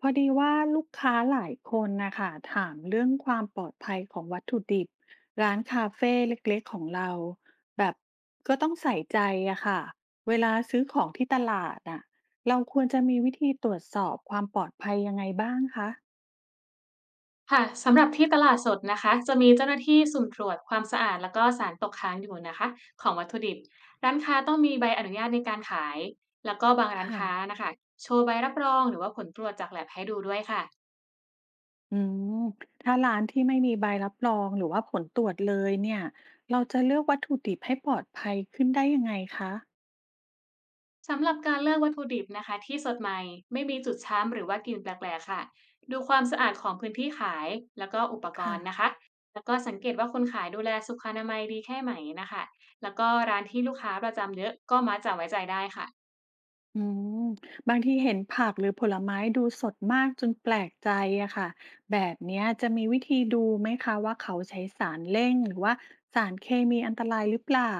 พอดีว่าลูกค้าหลายคนนะคะถามเรื่องความปลอดภัยของวัตถุดิบร้านคาเฟ่เล็กๆของเราแบบก็ต้องใส่ใจอะค่ะเวลาซื้อของที่ตลาดอะเราควรจะมีวิธีตรวจสอบความปลอดภัยยังไงบ้างคะค่ะสำหรับที่ตลาดสดนะคะจะมีเจ้าหน้าที่สุ่มตรวจความสะอาดแล้วก็สารตกค้างอยู่นะคะของวัตถุดิบร้านค้าต้องมีใบอนุญาตในการขายแล้วก็บางร้านค่ะค้านะคะโชว์ใบรับรองหรือว่าผลตรวจจากแลบให้ดูด้วยค่ะอืมถ้าร้านที่ไม่มีใบรับรองหรือว่าผลตรวจเลยเนี่ยเราจะเลือกวัตถุดิบให้ปลอดภัยขึ้นได้ยังไงคะสำหรับการเลือกวัตถุดิบนะคะที่สดใหม่ไม่มีจุดช้ำหรือว่ากลิ่นแปลกๆค่ะดูความสะอาดของพื้นที่ขายแล้วก็อุปกค่ะ รณ์นะคะแล้วก็สังเกตว่าคนขายดูแลสุขอนามัยดีแค่ไหนนะคะแล้วก็ร้านที่ลูกค้าประจำเยอะก็มักจะไว้ใจได้ค่ะ อืมบางทีเห็นผักหรือผลไม้ดูสดมากจนแปลกใจอะค่ะแบบเนี้ยจะมีวิธีดูไหมคะว่าเขาใช้สารเร่งหรือว่าสารเคมีอันตรายหรือเปล่า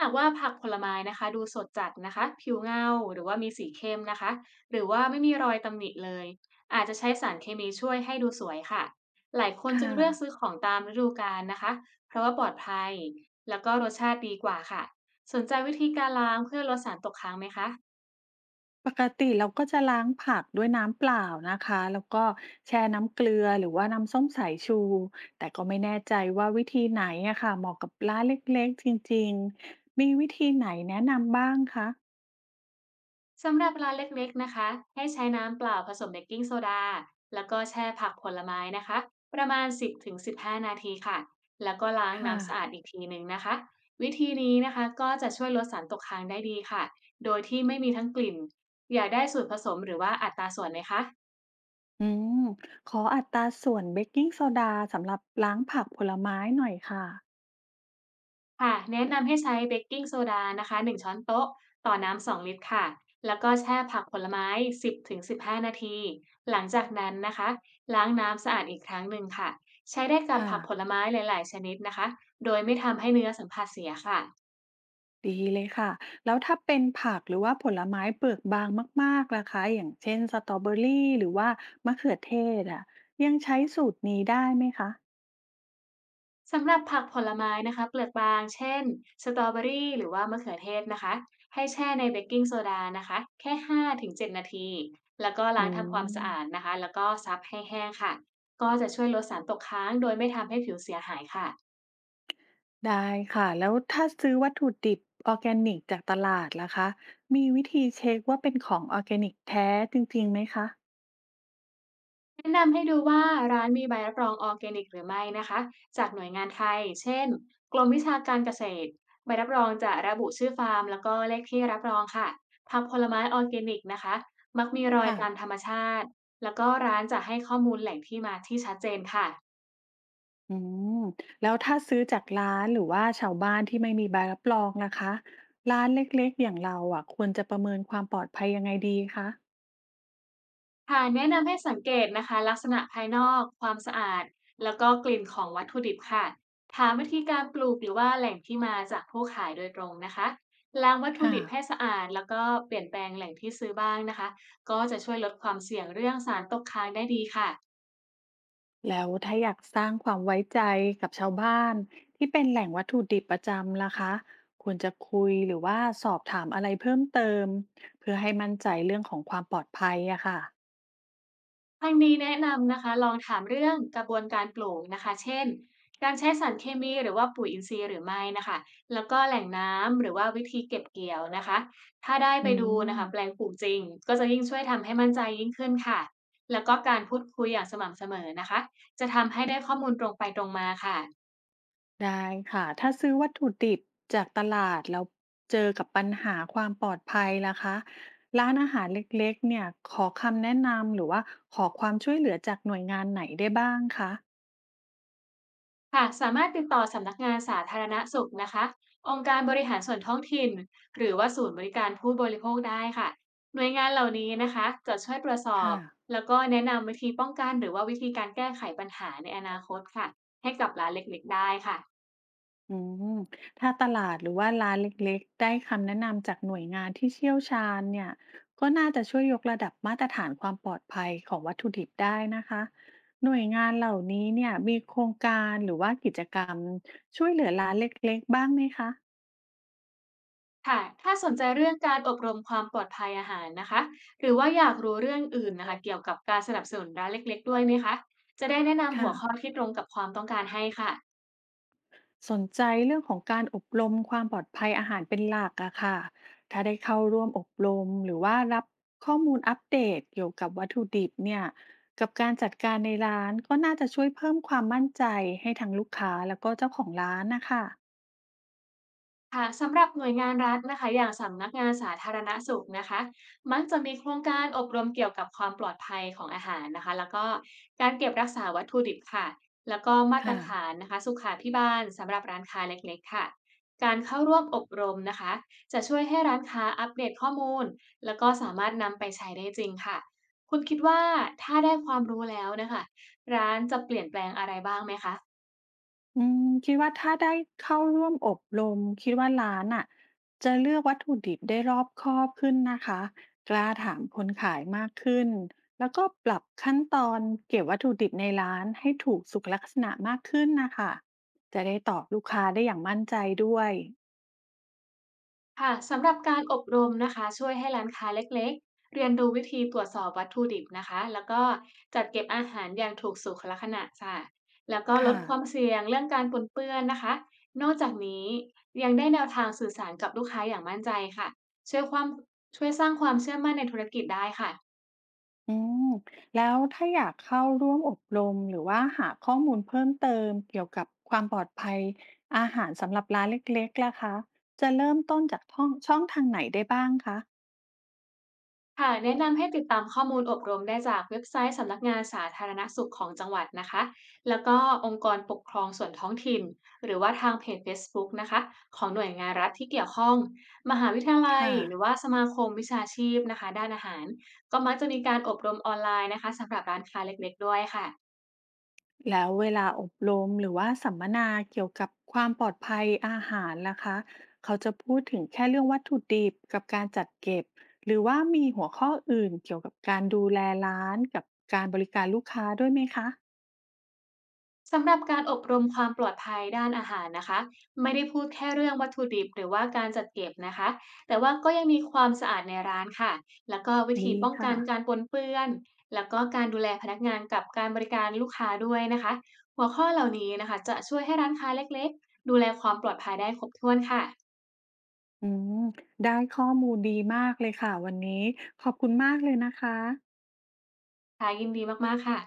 หากว่าผักผลไม้นะคะดูสดจัดนะคะผิวเงาหรือว่ามีสีเข้มนะคะหรือว่าไม่มีรอยตำหนิเลยอาจจะใช้สารเคมีช่วยให้ดูสวยค่ะหลายคนจึงค่ะเลือกซื้อของตามฤดูกาลนะคะเพราะว่าปลอดภัยแล้วก็รสชาติดีกว่าค่ะสนใจวิธีการล้างเพื่อลดสารตกค้างไหมคะ ปกติเราก็จะล้างผักด้วยน้ำเปล่านะคะแล้วก็แช่น้ำเกลือหรือว่าน้ำส้มสายชูแต่ก็ไม่แน่ใจว่าวิธีไหนอะค่ะเหมาะกับร้านเล็กๆจริงๆมีวิธีไหนแนะนำบ้างคะสำหรับร้านเล็กๆนะคะให้ใช้น้ำเปล่าผสมเบกกิ้งโซดาแล้วก็แช่ผักผลไม้นะคะประมาณ10-15นาทีค่ะแล้วก็ล้างค่ะ น้ำสะอาดอีกทีหนึ่งนะคะวิธีนี้นะคะก็จะช่วยลดสารตกค้างได้ดีค่ะโดยที่ไม่มีทั้งกลิ่นอยากได้สูตรผสมหรือว่าอัตราส่วนไหมคะ อืมขออัตราส่วนเบกกิงโซดาสำหรับล้างผักผลไม้หน่อยค่ะค่ะแนะนำให้ใช้เบกกิ้งโซดานะคะ1ช้อนโต๊ะต่อน้ำ2ลิตรค่ะแล้วก็แช่ผักผลไม้10-15นาทีหลังจากนั้นนะคะล้างน้ำสะอาดอีกครั้งหนึ่งค่ะใช้ได้กับค่ะผักผลไม้หลายๆชนิดนะคะโดยไม่ทำให้เนื้อสัมผัสเสียค่ะ ดีเลยค่ะแล้วถ้าเป็นผักหรือว่าผลไม้เปลือกบางมากๆล่ะคะอย่างเช่นสตรอเบอรี่หรือว่ามะเขือเทศอ่ะยังใช้สูตรนี้ได้ไหมคะสำหรับผักผลไม้นะคะเปลือกบางเช่นสตรอเบอรี่หรือว่ามะเขือเทศนะคะให้แช่ในเบกกิ้งโซดานะคะแค่5-7นาทีแล้วก็อืล้างทำความสะอาดมนะคะแล้วก็ซับให้แห้งค่ะก็จะช่วยลดสารตกค้างโดยไม่ทำให้ผิวเสียหายค่ะ ได้ค่ะแล้วถ้าซื้อวัตถุดิบออร์แกนิกจากตลาดล่ะคะมีวิธีเช็คว่าเป็นของออร์แกนิกแท้จริงๆไหมคะแนะนำให้ดูว่าร้านมีใบรับรองออร์แกนิกหรือไม่นะคะจากหน่วยงานไทยเช่นกรมวิชาการเกษตรใบรับรองจะระบุชื่อฟาร์มแล้วก็เลขที่รับรองค่ะผักผลไม้ออร์แกนิกนะคะมักมีรอยค่ะ ตามธรรมชาติแล้วก็ร้านจะให้ข้อมูลแหล่งที่มาที่ชัดเจนค่ะ อืมแล้วถ้าซื้อจากร้านหรือว่าชาวบ้านที่ไม่มีใบรับรองละคะร้านเล็กๆอย่างเราอ่ะควรจะประเมินความปลอดภัยยังไงดีคะค่ะแนะนำให้สังเกตนะคะลักษณะภายนอกความสะอาดแล้วก็กลิ่นของวัตถุดิบค่ะถามวิธีการปลูกหรือว่าแหล่งที่มาจากผู้ขายโดยตรงนะคะล้างวัตถุค่ะดิบให้สะอาดแล้วก็เปลี่ยนแปลงแหล่งที่ซื้อบ้างนะคะก็จะช่วยลดความเสี่ยงเรื่องสารตกค้างได้ดีค่ะ แล้วถ้าอยากสร้างความไว้ใจกับชาวบ้านที่เป็นแหล่งวัตถุดิบประจำล่ะคะควรจะคุยหรือว่าสอบถามอะไรเพิ่มเติมเพื่อให้มั่นใจเรื่องของความปลอดภัยอะค่ะทางนี้แนะนำนะคะลองถามเรื่องกระบวนการปลูกนะคะเช่นการใช้สารเคมีหรือว่าปุ๋ยอินทรีย์หรือไม่นะคะแล้วก็แหล่งน้ำหรือว่าวิธีเก็บเกี่ยวนะคะถ้าได้อืไปดูนะคะแปลม งปลูกจริงก็จะยิ่งช่วยทำให้มั่นใจยิ่งขึ้นค่ะแล้วก็การพูดคุยอย่างสม่ำเสมอนะคะจะทำให้ได้ข้อมูลตรงไปตรงมาค่ะ ได้ค่ะ ถ้าซื้อวัตถุดิบจากตลาดแล้วเจอกับปัญหาความปลอดภัยล่ะคะร้านอาหารเล็กๆเนี่ยขอคำแนะนำหรือว่าขอความช่วยเหลือจากหน่วยงานไหนได้บ้างคะค่ะสามารถติดต่อสำนักงานสาธารณสุขนะคะองค์การบริหารส่วนท้องถิ่นหรือว่าศูนย์บริการผู้บริโภคได้ค่ะหน่วยงานเหล่านี้นะคะจะช่วยตรวจสอบค่ะแล้วก็แนะนำวิธีป้องกันหรือว่าวิธีการแก้ไขปัญหาในอนาคตค่ะให้กับร้านเล็กๆได้ค่ะอืมถ้าตลาดหรือว่าร้านเล็กๆได้คำแนะนำจากหน่วยงานที่เชี่ยวชาญเนี่ยก็น่าจะช่วยยกระดับมาตรฐานความปลอดภัยของวัตถุดิบได้นะคะหน่วยงานเหล่านี้เนี่ยมีโครงการหรือว่ากิจกรรมช่วยเหลือร้านเล็กๆบ้างไหมคะ ค่ะถ้าสนใจเรื่องการอบรมความปลอดภัยอาหารนะคะหรือว่าอยากรู้เรื่องอื่นนะคะเกี่ยวกับการสนับสนุนร้านเล็กๆด้วยไหมคะจะได้แนะนำค่ะหัวข้อที่ตรงกับความต้องการให้ค่ะ สนใจเรื่องของการอบรมความปลอดภัยอาหารเป็นหลักอะค่ะถ้าได้เข้าร่วมอบรมหรือว่ารับข้อมูลอัปเดตเกี่ยวกับวัตถุดิบเนี่ยกับการจัดการในร้านก็น่าจะช่วยเพิ่มความมั่นใจให้ทั้งลูกค้าแล้วก็เจ้าของร้านนะคะค่ะสำหรับหน่วยงานรัฐนะคะอย่างสำนักงานสาธารณสุขนะคะมักจะมีโครงการอบรมเกี่ยวกับความปลอดภัยของอาหารนะคะแล้วก็การเก็บรักษาวัตถุดิบค่ะแล้วก็มาตรค่ะ ฐานนะคะสุขาภิบาลสำหรับร้านค้าเล็กๆค่ะการเข้าร่วมอบรมนะคะจะช่วยให้ร้านค้าอัปเดตข้อมูลแล้วก็สามารถนำไปใช้ได้จริงค่ะคุณคิดว่าถ้าได้ความรู้แล้วนะคะร้านจะเปลี่ยนแปลงอะไรบ้างไหมคะ อืมคิดว่าถ้าได้เข้าร่วมอบรมคิดว่าร้านอ่ะจะเลือกวัตถุดิบได้รอบคอบขึ้นนะคะกล้าถามคนขายมากขึ้นแล้วก็ปรับขั้นตอนเก็บวัตถุดิบในร้านให้ถูกสุขลักษณะมากขึ้นนะคะจะได้ตอบลูกค้าได้อย่างมั่นใจด้วยค่ะสำหรับการอบรมนะคะช่วยให้ร้านค้าเล็กๆเรียนดูวิธีตรวจสอบวัตถุดิบนะคะแล้วก็จัดเก็บอาหารอย่างถูกสุขลักษณะค่ะแล้วก็ลดค่ะ ความเสี่ยงเรื่องการปนเปื้อนนะคะนอกจากนี้ยังได้แนวทางสื่อสารกับลูกค้าอย่างมั่นใจค่ะช่วยความช่วยสร้างความเชื่อมั่นในธุรกิจได้ค่ะ อืมแล้วถ้าอยากเข้าร่วมอบรมหรือว่าหาข้อมูลเพิ่มเติมเกี่ยวกับความปลอดภัยอาหารสำหรับร้านเล็กๆล่ะคะจะเริ่มต้นจากท่องช่องทางไหนได้บ้างคะค่ะแนะนำให้ติดตามข้อมูลอบรมได้จากเว็บไซต์สำนักงานสาธารณสุขของจังหวัดนะคะแล้วก็องค์กรปกครองส่วนท้องถิ่นหรือว่าทางเพจ Facebook นะคะของหน่วยงานรัฐที่เกี่ยวข้องมหาวิทยาลัยค่ะหรือว่าสมาคมวิชาชีพนะคะด้านอาหารก็มักจะมีการอบรมออนไลน์นะคะสำหรับร้านค้าเล็กๆด้วยค่ะ แล้วเวลาอบรมหรือว่าสัมมนาเกี่ยวกับความปลอดภัยอาหารล่ะคะเขาจะพูดถึงแค่เรื่องวัตถุดิบกับการจัดเก็บหรือว่ามีหัวข้ออื่นเกี่ยวกับการดูแลร้านกับการบริการลูกค้าด้วยไหมคะสำหรับการอบรมความปลอดภัยด้านอาหารนะคะไม่ได้พูดแค่เรื่องวัตถุดิบหรือว่าการจัดเก็บนะคะแต่ว่าก็ยังมีความสะอาดในร้านค่ะแล้วก็วิธีดีป้องกัค่ะ นการปนเปื้อนแล้วก็การดูแลพนักงานกับการบริการลูกค้าด้วยนะคะหัวข้อเหล่านี้นะคะจะช่วยให้ร้านค้าเล็กๆดูแลความปลอดภัยได้ครบถ้วนค่ะอืมได้ข้อมูลดีมากเลยค่ะวันนี้ขอบคุณมากเลยนะคะค่ะยินดีมากๆค่ะ